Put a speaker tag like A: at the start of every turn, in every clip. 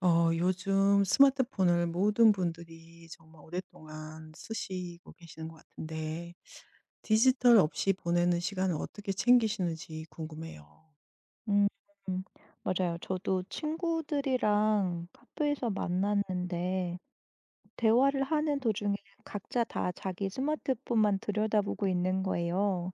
A: 요즘 스마트폰을 모든 분들이 정말 오랫동안 쓰시고 계시는 것 같은데, 디지털 없이 보내는 시간을 어떻게 챙기시는지 궁금해요.
B: 음. 음. 맞아요. 저도 친구들이랑 카페에서 만났는데 대화를 하는 도중에 각자 다 자기 스마트폰만 들여다보고 있는 거예요.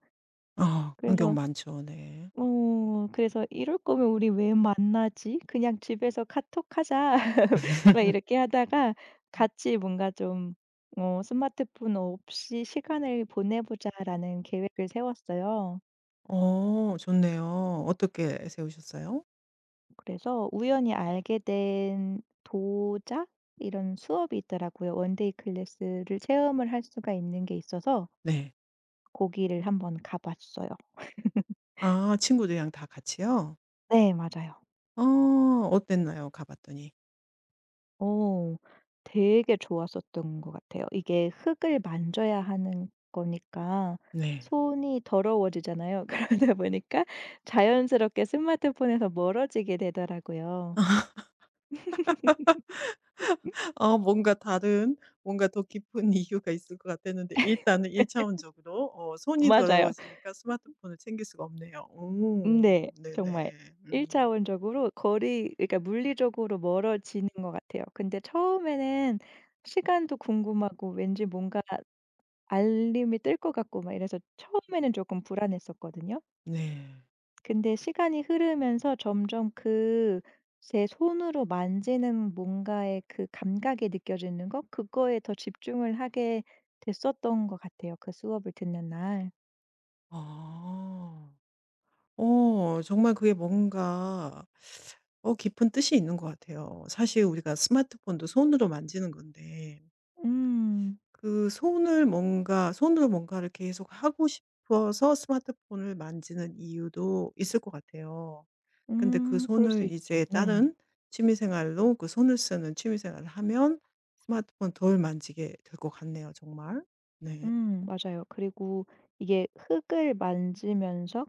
A: 아, 그런 경우
B: 그래서
A: 많죠, 네.
B: 그래서 '이럴 거면 우리 왜 만나지? 그냥 집에서 카톡하자.' 막 이렇게 하다가 같이 뭔가 좀 '스마트폰 없이 시간을 보내 보자.'라는 계획을 세웠어요.
A: 좋네요. 어떻게 세우셨어요?
B: 그래서 우연히 알게 된 도자 이런 수업이 있더라고요. 원데이 클래스를 체험을 할 수가 있는 게 있어서
A: 네.
B: 거기를 한번 가 봤어요.
A: 아, 친구들이랑 다 같이요?
B: 네 맞아요.
A: 어땠나요? 가봤더니.
B: 어 되게 좋았었던 것 같아요. 이게 흙을 만져야 하는 거니까
A: 네.
B: 손이 더러워지잖아요. 그러다 보니까 자연스럽게 스마트폰에서 멀어지게 되더라고요.
A: 뭔가 다른 뭔가 더 깊은 이유가 있을 것 같았는데 일단은 1 차원적으로 손이
B: 맞아요.
A: 더러워지니까 스마트폰을 챙길 수가 없네요. 오
B: 네.
A: 네네.
B: 정말 1
A: 음
B: 차원적으로 거리 그러니까 물리적으로 멀어지는 것 같아요. 근데 처음에는 시간도 궁금하고 왠지 뭔가 알림이 뜰 것 같고 막 이래서 처음에는 조금 불안했었거든요.
A: 네.
B: 근데 시간이 흐르면서 점점 그 제 손으로 만지는 뭔가의 그 감각이 느껴지는 것 그거에 더 집중을 하게 됐었던 것 같아요, 그 수업을 듣는 날.
A: 아. 정말 그게 뭔가 깊은 뜻이 있는 것 같아요. 사실 우리가 스마트폰도 손으로 만지는 건데
B: 음.
A: 그 손을 뭔가 손으로 뭔가를 계속 하고 싶어서 스마트폰을 만지는 이유도 있을 것 같아요. 근데 그
B: 음. 그럴 수
A: 손을
B: 있죠.
A: 이제
B: 네.
A: 다른 취미 생활로 그 손을 쓰는 취미 생활을 하면 스마트폰 덜 만지게 될 것 같네요, 정말. 네.
B: 맞아요. 그리고 이게 흙을 만지면서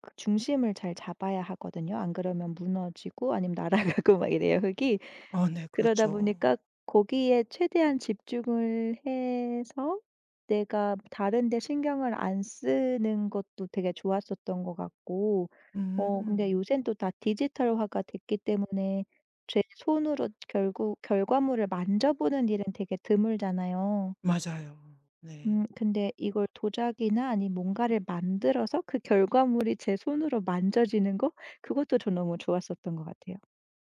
B: 그 중심을 잘 잡아야 하거든요. 안 그러면 무너지고 아니면 날아가고 막 이래요 흙이.
A: 아 네.
B: 그러다
A: 그렇죠.
B: 보니까 거기에 최대한 집중을 해서 내가 다른 데 신경을 안 쓰는 것도 되게 좋았었던 것 같고 근데
A: 음.
B: 요새는 또 다 디지털화가 됐기 때문에 제 손으로 결국 결과물을 만져보는 일은 되게 드물잖아요.
A: 맞아요. 네.
B: 근데 이걸 도자기나 아니면 뭔가를 만들어서 그 결과물이 제 손으로 만져지는 거 그것도 저 너무 좋았었던 것 같아요.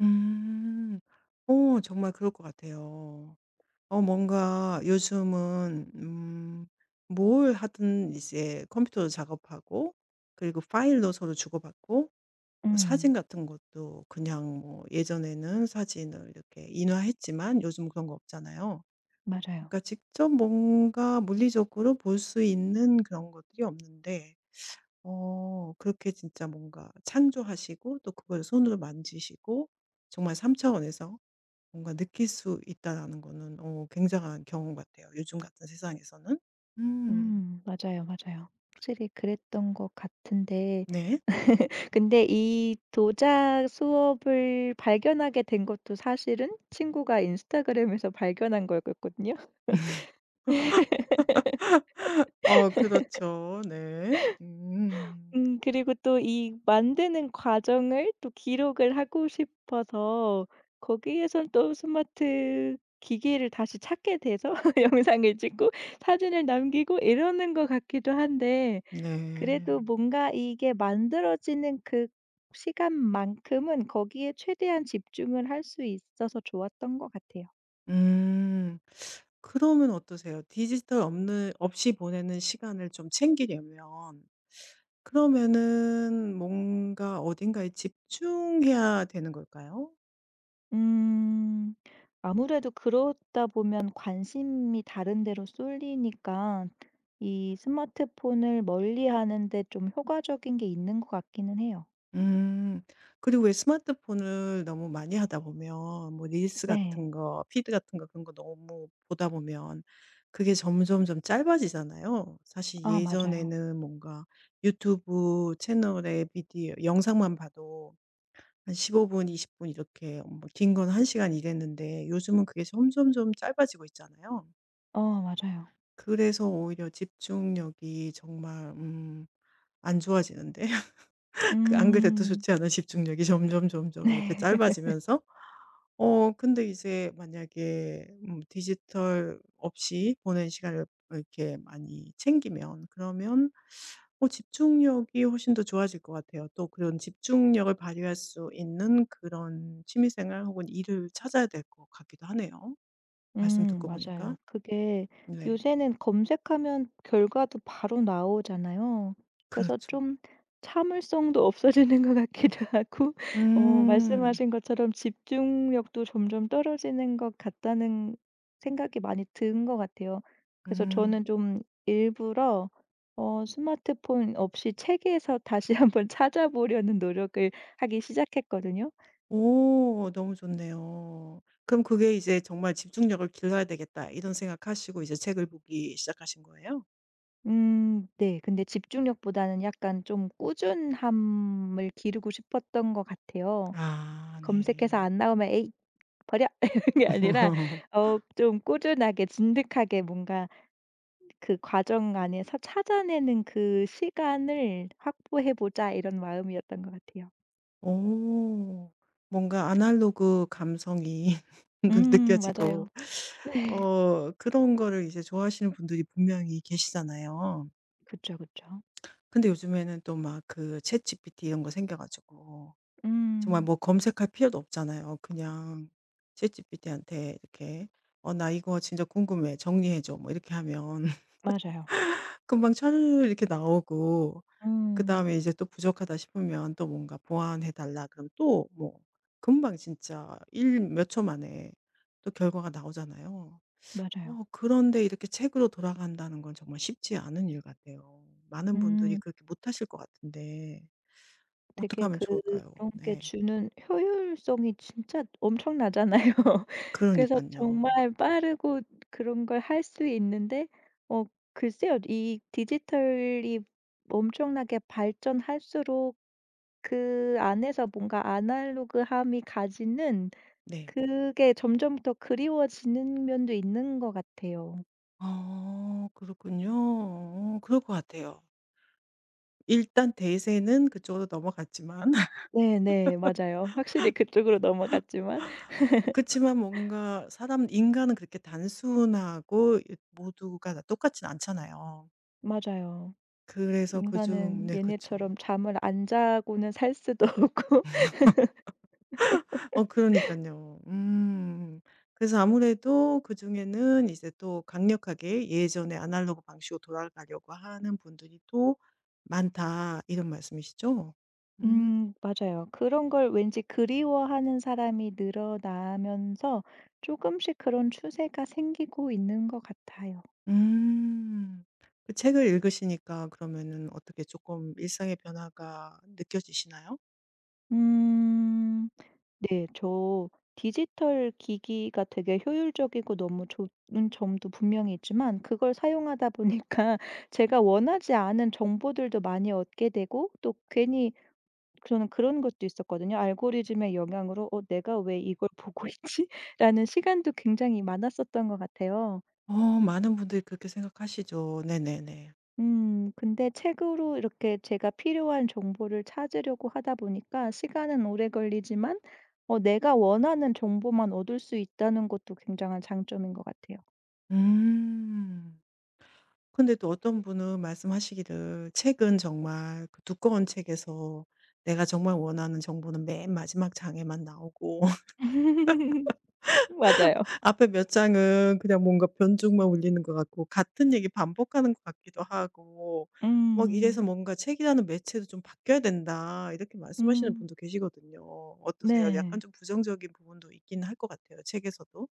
A: 음. 정말 그럴 것 같아요. 뭔가 요즘은 뭘 하든 이제 컴퓨터로 작업하고 그리고 파일로 서로 주고받고 사진
B: 음.
A: 같은 것도 그냥 뭐 예전에는 사진을 이렇게 인화했지만 요즘 그런 거 없잖아요.
B: 맞아요.
A: 그러니까 직접 뭔가 물리적으로 볼 수 있는 그런 것들이 없는데 그렇게 진짜 뭔가 창조하시고 또 그걸 손으로 만지시고 정말 3 차원에서 뭔가 느낄 수 있다라는 거는 굉장한 경험 같아요, 요즘 같은 세상에서는. 음.
B: 음. 맞아요, 맞아요. 확실히 그랬던 것 같은데
A: 네.
B: 근데 이 도자 수업을 발견하게 된 것도 사실은 친구가 인스타그램에서 발견한 거였거든요.
A: 그렇죠. 네. 음.
B: 그리고 또 이 만드는 과정을 또 기록을 하고 싶어서 거기에선 또 스마트 기기를 다시 찾게 돼서 영상을 찍고 사진을 남기고 이러는 것 같기도 한데 그래도
A: 네.
B: 뭔가 이게 만들어지는 그 시간만큼은 거기에 최대한 집중을 할 수 있어서 좋았던 것 같아요.
A: 음. 그러면 어떠세요? 디지털 없는 없이 보내는 시간을 좀 챙기려면 그러면은 뭔가 어딘가에 집중해야 되는 걸까요?
B: 음. 아무래도 그러다 보면 관심이 다른 데로 쏠리니까 이 스마트폰을 멀리하는 데 좀 효과적인 게 있는 것 같기는 해요.
A: 음. 그리고 왜 스마트폰을 너무 많이 하다 보면 뭐 릴스
B: 네.
A: 같은 거, 피드 같은 거 그런 거 너무 보다 보면 그게 점점점 짧아지잖아요. 사실
B: 아 맞아요.
A: 예전에는 뭔가 유튜브 채널의 비디오 영상만 봐도 한 15분, 20분 이렇게 뭐 긴 건 1 시간 이랬는데 요즘은 그게 점점점 짧아지고 있잖아요.
B: 어 맞아요.
A: 그래서 오히려 집중력이 정말 안 좋아지는데 그 안 그래도
B: 음.
A: 좋지 않은 집중력이 점점점점 이렇게 짧아지면서 근데 이제 만약에 디지털 없이 보낸 시간을 이렇게 많이 챙기면 그러면 집중력이 훨씬 더 좋아질 것 같아요. 또 그런 집중력을 발휘할 수 있는 그런 취미 생활 혹은 일을 찾아야 될 것 같기도 하네요. 말씀 듣고 보니까.
B: 맞아요. 그게
A: 네.
B: 요새는 검색하면 결과도 바로 나오잖아요. 그래서
A: 그렇죠.
B: 좀 참을성도 없어지는 것 같기도 하고
A: 음.
B: 말씀하신 것처럼 집중력도 점점 떨어지는 것 같다는 생각이 많이 든 것 같아요. 그래서
A: 음.
B: 저는 좀 일부러 스마트폰 없이 책에서 다시 한번 찾아보려는 노력을 하기 시작했거든요.
A: 오 너무 좋네요. 그럼 그게 이제 '정말 집중력을 길러야 되겠다.' 이런 생각하시고 이제 책을 보기 시작하신 거예요?
B: 네. 근데 집중력보다는 약간 좀 꾸준함을 기르고 싶었던 것 같아요.
A: 아
B: 검색해서
A: 네.
B: 안 나오면 '에이 버려.' 이런 게 아니라 좀 꾸준하게 진득하게 뭔가 그 과정 안에서 찾아내는 그 시간을 확보해 보자 이런 마음이었던 것 같아요.
A: 오, 뭔가 아날로그 감성이 느
B: 맞아요.
A: 느껴지고 그런 거를 이제 좋아하시는 분들이 분명히 계시잖아요.
B: 그쵸, 그쵸.
A: 근데 요즘에는 또 막 그 챗GPT 이런 거 생겨 가지고 정말
B: 음
A: 뭐 검색할 필요도 없잖아요. 그냥 챗GPT한테 이렇게 "어 나 이거 진짜 궁금해. 정리해 줘." 뭐 이렇게 하면
B: 맞아요.
A: 금방 철 이렇게 나오고
B: 음
A: 그다음에 이제 또 부족하다 싶으면 또 뭔가 보완해 달라 그럼 또 뭐 금방 진짜 일 몇 초 만에 또 결과가 나오잖아요.
B: 맞아요.
A: 그런데 이렇게 책으로 돌아간다는 건 정말 쉽지 않은 일 같아요. 많은 분들이
B: 음.
A: 그렇게 못하실 것 같은데 어떻게
B: 되게
A: 하면
B: 그런
A: 좋을까요?
B: 게
A: 네.
B: 주는 효율성이 진짜 엄청나잖아요.
A: 그러니까
B: 그래서
A: 요
B: 정말 빠르고 그런 걸 할 수 있는데 어 글쎄요. 이 디지털이 엄청나게 발전할수록 그 안에서 뭔가 아날로그함이 가지는
A: 네.
B: 그게 점점 더 그리워지는 면도 있는 것 같아요.
A: 그렇군요. 그럴 것 같아요. 일단 대세는 그쪽으로 넘어갔지만
B: 네네. 맞아요. 확실히 그쪽으로 넘어갔지만
A: 그렇지만 뭔가 사람 인간은 그렇게 단순하고 모두가 다 똑같진 않잖아요.
B: 맞아요.
A: 그래서 그중
B: 인간은
A: 네 그쵸.
B: 얘네처럼 잠을 안 자고는 살 수도 없고.
A: 그러니까요 그래서 아무래도 그중에는 이제 또 강력하게 예전의 아날로그 방식으로 돌아가려고 하는 분들이 또 많다 이런 말씀이시죠? 음.
B: 맞아요. 그런 걸 왠지 그리워하는 사람이 늘어나면서 조금씩 그런 추세가 생기고 있는 것 같아요.
A: 음. 그 책을 읽으시니까 그러면은 어떻게 조금 일상의 변화가 느껴지시나요?
B: 음 네. 저 디지털 기기가 되게 효율적이고 너무 좋은 점도 분명히 있지만 그걸 사용하다 보니까 제가 원하지 않은 정보들도 많이 얻게 되고 또 괜히 저는 그런 것도 있었거든요. 알고리즘의 영향으로 '어 내가 왜 이걸 보고 있지?'라는 시간도 굉장히 많았었던 것 같아요.
A: 어 많은 분들이 그렇게 생각하시죠. 네네네.
B: 근데 책으로 이렇게 제가 필요한 정보를 찾으려고 하다 보니까 시간은 오래 걸리지만 내가 원하는 정보만 얻을 수 있다는 것도 굉장한 장점인 것 같아요.
A: 음. 근데 또 어떤 분은 말씀하시기를 책은 정말 그 두꺼운 책에서 내가 정말 원하는 정보는 맨 마지막 장에만 나오고
B: 맞아요.
A: 앞에 몇 장은 그냥 뭔가 변죽만 울리는 것 같고 같은 얘기 반복하는 것 같기도 하고 막
B: 음.
A: 이래서 뭔가 책이라는 매체도 좀 바뀌어야 된다. 이렇게 말씀하시는
B: 음.
A: 분도 계시거든요. 어떠세요? 약간
B: 네.
A: 좀 부정적인 부분도 있긴 할 것 같아요, 책에서도.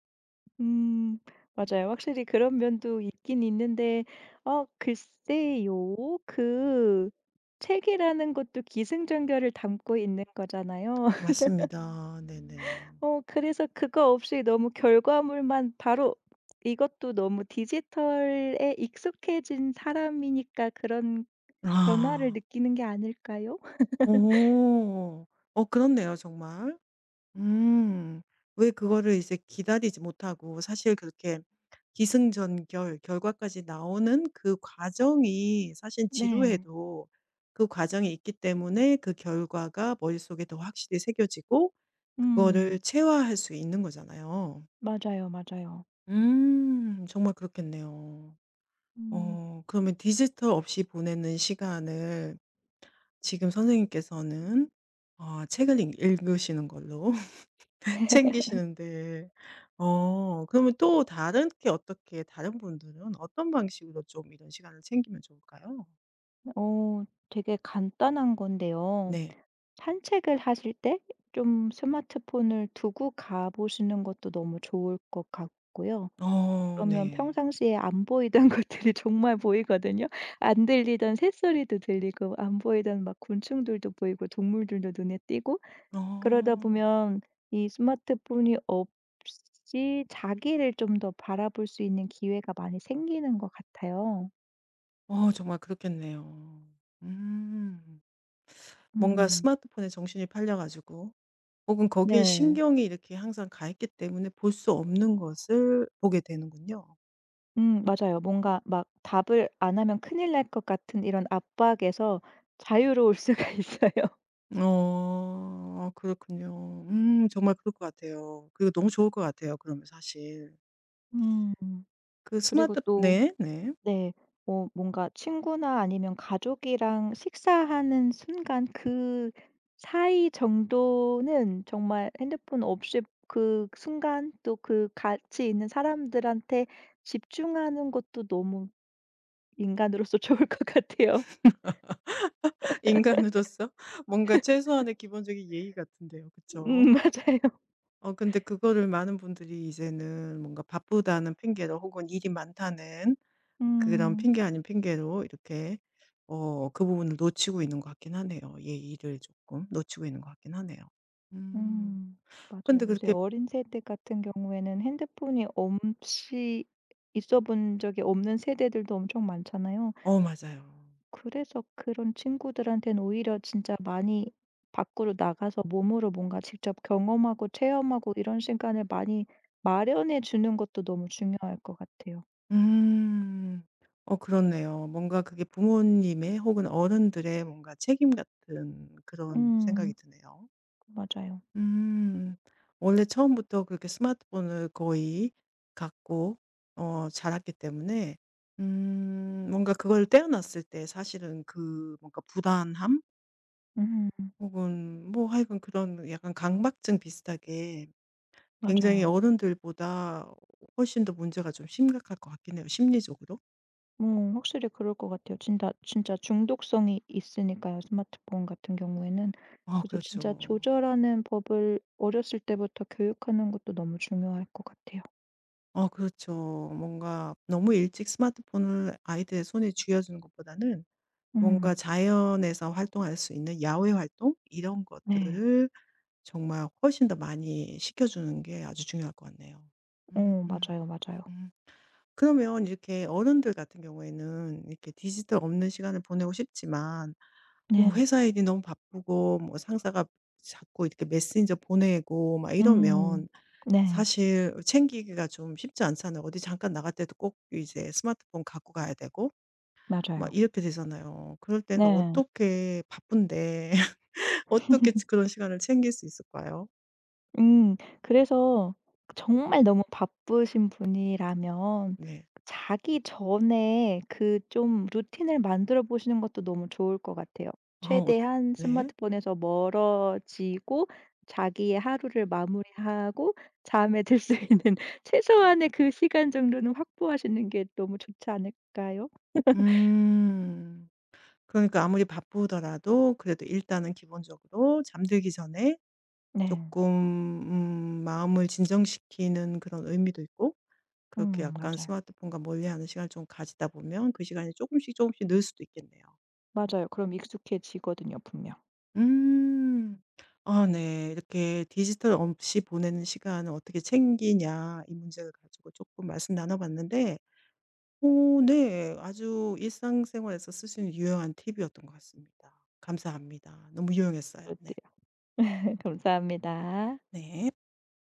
B: 음. 맞아요. 확실히 그런 면도 있긴 있는데 글쎄요. 그 책이라는 것도 기승전결을 담고 있는 거잖아요.
A: 맞습니다. 네네.
B: 그래서 그거 없이 너무 결과물만 바로 이것도 너무 디지털에 익숙해진 사람이니까 그런 변화를
A: 아.
B: 느끼는 게 아닐까요?
A: 오. 그렇네요, 정말. 음. 왜 그거를 이제 기다리지 못하고 사실 그렇게 기승전결 결과까지 나오는 그 과정이 사실
B: 네.
A: 지루해도 그 과정이 있기 때문에 그 결과가 머릿속에 더 확실히 새겨지고 그거를
B: 음.
A: 체화할 수 있는 거잖아요.
B: 맞아요, 맞아요.
A: 음. 정말 그렇겠네요.
B: 음.
A: 그러면 디지털 없이 보내는 시간을 지금 선생님께서는 책을 읽 읽으시는 걸로 챙기시는데. 그러면 또 다른 게 어떻게 다른 분들은 어떤 방식으로 좀 이런 시간을 챙기면 좋을까요?
B: 어 되게 간단한 건데요.
A: 네.
B: 산책을 하실 때 좀 스마트폰을 두고 가 보시는 것도 너무 좋을 것 같고요. 그러면
A: 네.
B: 평상시에 안 보이던 것들이 정말 보이거든요. 안 들리던 새소리도 들리고 안 보이던 막 곤충들도 보이고 동물들도 눈에 띄고 그러다
A: 어.
B: 보면 이 스마트폰이 없이 자기를 좀 더 바라볼 수 있는 기회가 많이 생기는 것 같아요.
A: 정말 그렇겠네요. 음. 뭔가
B: 음.
A: 스마트폰에 정신이 팔려 가지고 혹은 거기에
B: 네.
A: 신경이 이렇게 항상 가 있기 때문에 볼 수 없는 것을 보게 되는군요.
B: 맞아요. 뭔가 막 답을 안 하면 큰일 날 것 같은 이런 압박에서 자유로울 수가 있어요.
A: 그렇군요. 정말 그럴 것 같아요. 그리고 너무 좋을 것 같아요 그러면 사실.
B: 음.
A: 그
B: 그리고
A: 스마트
B: 또
A: 네 네.
B: 네. 뭔가 친구나 아니면 가족이랑 식사하는 순간 그 사이 정도는 정말 핸드폰 없이 그 순간 또 그 같이 있는 사람들한테 집중하는 것도 너무 인간으로서 좋을 것 같아요.
A: 인간으로서 뭔가 최소한의 기본적인 예의 같은데요. 그쵸?
B: 음 맞아요.
A: 근데 그거를 많은 분들이 이제는 뭔가 바쁘다는 핑계로 혹은 일이 많다는 그런
B: 음.
A: 핑계 아닌 핑계로 이렇게 그 부분을 놓치고 있는 것 같긴 하네요. 예의를 조금 놓치고 있는 것 같긴 하네요. 음.
B: 음.
A: 근데
B: 맞아요. 요새
A: 그렇게
B: 어린 세대 같은 경우에는 핸드폰이 없이 있어 본 적이 없는 세대들도 엄청 많잖아요.
A: 맞아요.
B: 그래서 그런 친구들한테는 오히려 진짜 많이 밖으로 나가서 몸으로 뭔가 직접 경험하고 체험하고 이런 시간을 많이 마련해 주는 것도 너무 중요할 것 같아요.
A: 음. 그렇네요. 뭔가 그게 부모님의 혹은 어른들의 뭔가 책임 같은 그런
B: 음.
A: 생각이 드네요.
B: 맞아요.
A: 음. 원래 처음부터 그렇게 스마트폰을 거의 갖고 자랐기 때문에 뭔가 그걸 떼어놨을 때 사실은 그 뭔가 불안함
B: 음.
A: 혹은 뭐 하여간 그런 약간 강박증 비슷하게 굉장히
B: 맞아요.
A: 어른들보다 훨씬 더 문제가 좀 심각할 것 같긴 해요 심리적으로.
B: 확실히 그럴 것 같아요. 진짜 진짜 중독성이 있으니까요, 스마트폰 같은 경우에는.
A: 아
B: 그래서 진짜
A: 그렇죠.
B: 조절하는 법을 어렸을 때부터 교육하는 것도 너무 중요할 것 같아요.
A: 그렇죠. 뭔가 너무 일찍 스마트폰을 아이들의 손에 쥐어 주는 것보다는 뭔가
B: 음
A: 자연에서 활동할 수 있는 야외 활동 이런
B: 네.
A: 것들을 정말 훨씬 더 많이 시켜 주는 게 아주 중요할 것 같네요.
B: 어
A: 음. 음.
B: 맞아요, 맞아요.
A: 음. 그러면 이렇게 어른들 같은 경우에는 이렇게 디지털 없는 시간을 보내고 싶지만 뭐
B: 네.
A: 회사 일이 너무 바쁘고 뭐 상사가 자꾸 이렇게 메신저 보내고 막
B: 음.
A: 이러면
B: 네.
A: 사실 챙기기가 좀 쉽지 않잖아요. 어디 잠깐 나갈 때도 꼭 이제 스마트폰 갖고 가야 되고 막
B: 맞아요.
A: 이렇게 되잖아요. 그럴 때는
B: 네.
A: 어떻게 바쁜데 어떻게 그런 시간을 챙길 수 있을까요?
B: 음. 그래서 정말 너무 바쁘신 분이라면
A: 네.
B: 자기 전에 그 좀 루틴을 만들어 보시는 것도 너무 좋을 것 같아요.
A: 아.
B: 최대한
A: 네.
B: 스마트폰에서 멀어지고 자기의 하루를 마무리하고 잠에 들 수 있는 최소한의 그 시간 정도는 확보하시는 게 너무 좋지 않을까요?
A: 음. 그러니까 아무리 바쁘더라도 그래도 일단은 기본적으로 잠들기 전에
B: 네.
A: 조금 마음을 진정시키는 그런 의미도 있고 그렇게 약간
B: 맞아요.
A: 스마트폰과 멀리하는 시간을 좀 가지다 보면 그 시간이 조금씩 조금씩 늘 수도 있겠네요.
B: 맞아요. 그럼 익숙해지거든요, 분명.
A: 음. 아 네. 이렇게 디지털 없이 보내는 시간을 어떻게 챙기냐 이 문제를 가지고 조금 말씀 나눠 봤는데 오, 네. 아주 일상생활에서 쓸 수 있는 유용한 팁이었던 것 같습니다. 감사합니다. 너무 유용했어요.
B: 그럴 때
A: 네.
B: 감사합니다.
A: 네.